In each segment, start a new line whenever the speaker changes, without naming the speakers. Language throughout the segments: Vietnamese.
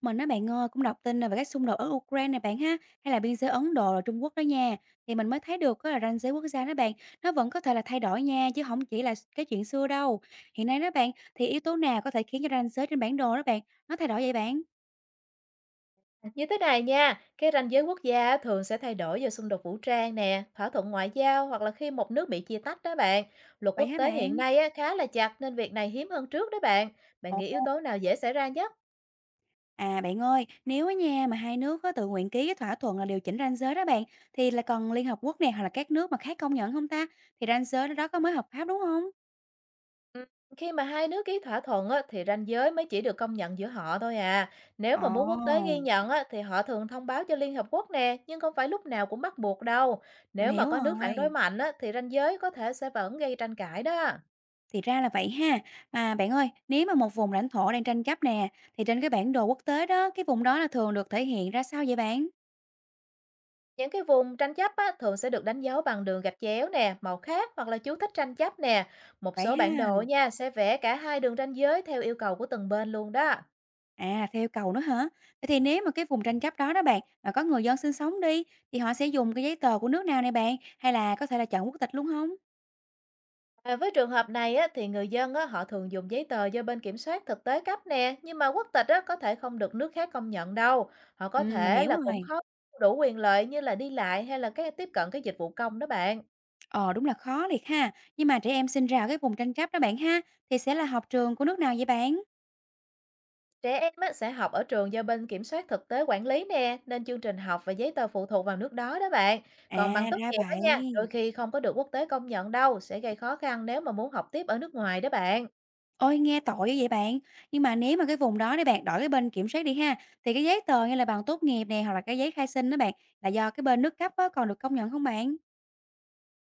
Mình á bạn ơi, cũng đọc tin về các xung đột ở Ukraine này bạn ha, hay là biên giới Ấn Độ rồi Trung Quốc đó nha. Thì mình mới thấy được á là ranh giới quốc gia đó bạn, nó vẫn có thể là thay đổi nha, chứ không chỉ là cái chuyện xưa đâu. Hiện nay đó bạn, thì yếu tố nào có thể khiến cho ranh giới trên bản đồ đó bạn, nó thay đổi vậy bạn?
Như thế này nha, cái ranh giới quốc gia á, thường sẽ thay đổi do xung đột vũ trang nè, thỏa thuận ngoại giao hoặc là khi một nước bị chia tách đó bạn. Luật
Vậy
quốc
hả
tế hiện
bạn?
nay á, khá là chặt nên việc này hiếm hơn trước đó bạn. Bạn
Ồ,
nghĩ yếu tố nào dễ xảy ra nhất?
à bạn ơi, nếu á nha mà hai nước có tự nguyện ký cái thỏa thuận là điều chỉnh ranh giới đó bạn, thì là cần Liên Hợp Quốc này hoặc là các nước mà khác công nhận không ta? Thì ranh giới đó có mới hợp pháp đúng không?
Ừ, khi mà hai nước ký thỏa thuận á, thì ranh giới mới chỉ được công nhận giữa họ thôi à. Nếu mà muốn quốc tế
Ồ,
ghi nhận á, thì họ thường thông báo cho Liên Hợp Quốc nè, nhưng không phải lúc nào cũng bắt buộc đâu.
mình
Nếu mà
hiểu
có nước phản đối
rồi.
mạnh á, thì ranh giới có thể sẽ vẫn gây tranh cãi đó.
Thì ra là vậy ha. Mà bạn ơi, nếu mà một vùng lãnh thổ đang tranh chấp nè, thì trên cái bản đồ quốc tế đó, cái vùng đó là thường được thể hiện ra sao vậy bạn?
Những cái vùng tranh chấp á, thường sẽ được đánh dấu bằng đường gạch chéo nè, màu khác hoặc là chú thích tranh chấp nè. Một
Vậy
số bản
ha.
đồ nha sẽ vẽ cả hai đường ranh giới theo yêu cầu của từng bên luôn đó.
À, theo cầu nữa hả? Vậy thì nếu mà cái vùng tranh chấp đó đó bạn, mà có người dân sinh sống đi, thì họ sẽ dùng cái giấy tờ của nước nào này bạn? Hay là có thể là chọn quốc tịch luôn không?
À, với trường hợp này á, thì người dân á, họ thường dùng giấy tờ do bên kiểm soát thực tế cấp nè, nhưng mà quốc tịch á, có thể không được nước khác công nhận đâu. Họ
Ừ,
có
mình
thể
hiểu
là cũng
rồi.
khó đủ quyền lợi như là đi lại hay là cái tiếp cận cái dịch vụ công đó bạn.
Ờ, đúng là khó thiệt ha. Nhưng mà trẻ em sinh ra ở cái vùng tranh chấp đó bạn ha, thì sẽ là học trường của nước nào vậy bạn?
Trẻ em á, sẽ học ở trường do bên kiểm soát thực tế quản lý nè, nên chương trình học và giấy tờ phụ thuộc vào nước đó đó bạn. Còn bằng
À,
tốt
ra
nghiệp á nha, đôi
vậy.
khi không có được quốc tế công nhận đâu, sẽ gây khó khăn nếu mà muốn học tiếp ở nước ngoài đó bạn.
Ôi, nghe tội vậy bạn! Nhưng mà nếu mà cái vùng đó đi bạn, đổi cái bên kiểm soát đi ha, thì cái giấy tờ hay là bằng tốt nghiệp nè, hoặc là cái giấy khai sinh đó bạn, là do cái bên nước cấp á, còn được công nhận không bạn?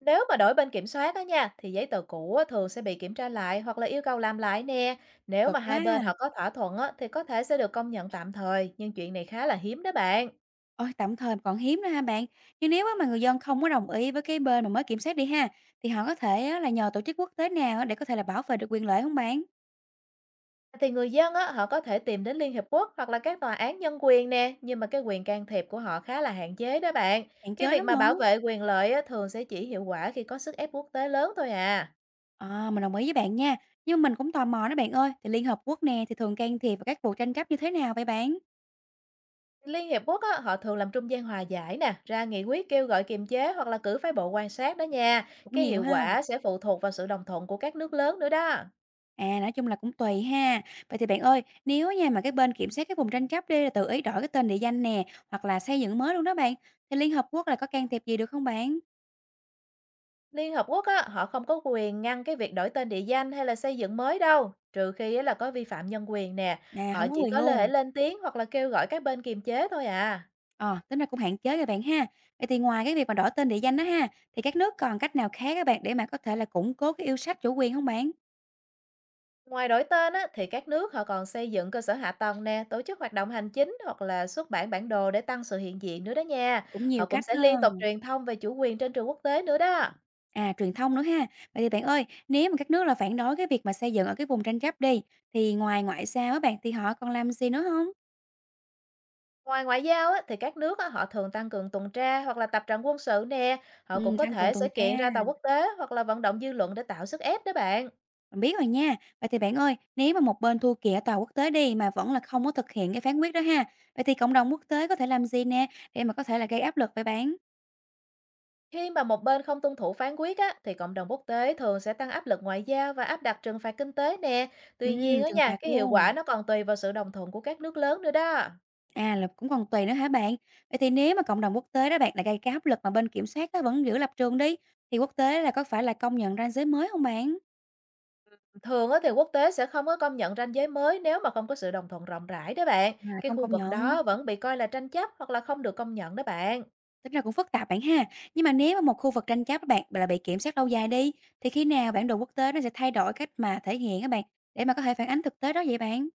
Nếu mà đổi bên kiểm soát á nha, thì giấy tờ cũ á, thường sẽ bị kiểm tra lại hoặc là yêu cầu làm lại nè. Nếu mà
Cực quá
hai bên họ
à!
có thỏa thuận á, thì có thể sẽ được công nhận tạm thời, nhưng chuyện này khá là hiếm đó bạn.
Ôi, tạm thời còn hiếm nữa ha bạn. Nhưng nếu á mà người dân không có đồng ý với cái bên mà mới kiểm soát đi ha, thì họ có thể á là nhờ tổ chức quốc tế nào á để có thể là bảo vệ được quyền lợi không bạn?
Thì người dân á, họ có thể tìm đến Liên Hiệp Quốc hoặc là các tòa án nhân quyền nè, nhưng mà cái quyền can thiệp của họ khá là hạn chế đó bạn.
Hạn
Cái
chế
việc
lắm
mà bảo
hả?
vệ quyền lợi á, thường sẽ chỉ hiệu quả khi có sức ép quốc tế lớn thôi à.
Ờ, mình đồng ý với bạn nha. Nhưng mà mình cũng tò mò đó bạn ơi, thì Liên Hợp Quốc nè, thì thường can thiệp vào các vụ tranh chấp như thế nào vậy bạn?
Liên Hiệp Quốc á, họ thường làm trung gian hòa giải nè, ra nghị quyết kêu gọi kiềm chế hoặc là cử phái bộ quan sát đó nha.
Cũng
Cái
nhiều
hiệu
ha.
quả sẽ phụ thuộc vào sự đồng thuận của các nước lớn nữa đó.
À, nói chung là cũng tùy ha. Vậy thì bạn ơi, nếu nha mà cái bên kiểm soát cái vùng tranh chấp đi là tự ý đổi cái tên địa danh nè, hoặc là xây dựng mới luôn đó bạn, thì Liên Hợp Quốc là có can thiệp gì được không bạn?
Liên Hợp Quốc á, họ không có quyền ngăn cái việc đổi tên địa danh hay là xây dựng mới đâu, trừ khi á là có vi phạm nhân quyền nè.
À,
Họ
không có
chỉ
quyền
có thể
luôn.
lên tiếng hoặc là kêu gọi các bên kiềm chế thôi à.
Ờ, tính là cũng hạn chế rồi bạn ha. Vậy thì ngoài cái việc mà đổi tên địa danh đó ha, thì các nước còn cách nào khác các bạn để mà có thể là củng cố cái yêu sách chủ quyền không bạn?
Ngoài đổi tên á, thì các nước họ còn xây dựng cơ sở hạ tầng nè, tổ chức hoạt động hành chính hoặc là xuất bản bản đồ để tăng sự hiện diện nữa đó nha.
Cũng
Họ
nhiều
cũng
cách
sẽ
ha.
liên tục truyền thông về chủ quyền trên trường quốc tế nữa đó.
À, truyền thông nữa ha. Vậy thì bạn ơi, nếu mà các nước là phản đối cái việc mà xây dựng ở cái vùng tranh chấp đi, thì ngoài ngoại giao các bạn thì họ còn làm gì nữa không?
Ngoài ngoại giao á, thì các nước á, họ thường tăng cường tuần tra hoặc là tập trận quân sự nè. Họ cũng
Ừ,
có
tăng cường
thể sẽ
tuần tra.
kiện ra tòa quốc tế hoặc là vận động dư luận để tạo sức ép đó bạn.
Mình biết rồi nha. Vậy thì bạn ơi, nếu mà một bên thua kiện ở tòa quốc tế đi mà vẫn là không có thực hiện cái phán quyết đó ha, vậy thì cộng đồng quốc tế có thể làm gì nè để mà có thể là gây áp lực vậy bạn?
Khi mà một bên không tuân thủ phán quyết á, thì cộng đồng quốc tế thường sẽ tăng áp lực ngoại giao và áp đặt trừng phạt kinh tế nè. Tuy nhiên á
Trừng
nha,
phạt
cái hiệu quả
luôn.
nó còn tùy vào sự đồng thuận của các nước lớn nữa đó.
À là cũng còn tùy nữa hả bạn? Vậy thì nếu mà cộng đồng quốc tế đó bạn là gây cái áp lực mà bên kiểm soát đó vẫn giữ lập trường đi, thì quốc tế là có phải là công nhận ranh giới mới không bạn?
Thường á, thì quốc tế sẽ không có công nhận ranh giới mới nếu mà không có sự đồng thuận rộng rãi đó bạn.
À,
Cái
không
khu
công
vực
nhận.
đó vẫn bị coi là tranh chấp hoặc là không được công nhận đó bạn.
Tính ra cũng phức tạp bạn ha. Nhưng mà nếu mà một khu vực tranh chấp các bạn là bị kiểm soát lâu dài đi, thì khi nào bản đồ quốc tế nó sẽ thay đổi cách mà thể hiện các bạn để mà có thể phản ánh thực tế đó vậy bạn?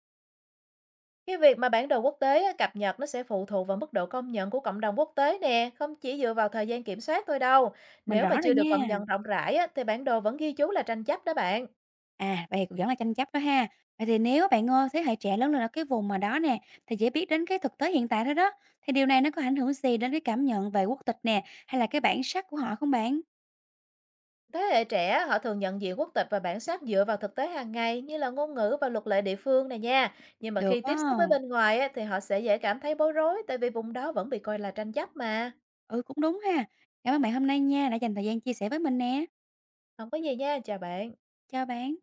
Cái việc mà bản đồ quốc tế á, cập nhật nó sẽ phụ thuộc vào mức độ công nhận của cộng đồng quốc tế nè, không chỉ dựa vào thời gian kiểm soát thôi đâu.
Mình
Nếu mà
rõ rồi
chưa được công
nha.
nhận rộng rãi á, thì bản đồ vẫn ghi chú là tranh chấp đó bạn.
À, vậy cũng vẫn là tranh chấp đó ha. Vậy thì nếu bạn ơi, thế hệ trẻ lớn lên ở cái vùng mà đó nè, thì chỉ biết đến cái thực tế hiện tại thôi đó, thì điều này nó có ảnh hưởng gì đến cái cảm nhận về quốc tịch nè, hay là cái bản sắc của họ không bạn?
Thế hệ trẻ họ thường nhận diện quốc tịch và bản sắc dựa vào thực tế hàng ngày như là ngôn ngữ và luật lệ địa phương này nha. Nhưng mà
Được
khi
á.
tiếp xúc với bên ngoài á, thì họ sẽ dễ cảm thấy bối rối tại vì vùng đó vẫn bị coi là tranh chấp mà.
Ừ, cũng đúng ha. Cảm ơn bạn hôm nay nha, đã dành thời gian chia sẻ với mình nè.
Không có gì nha, chào bạn.
Chào bạn.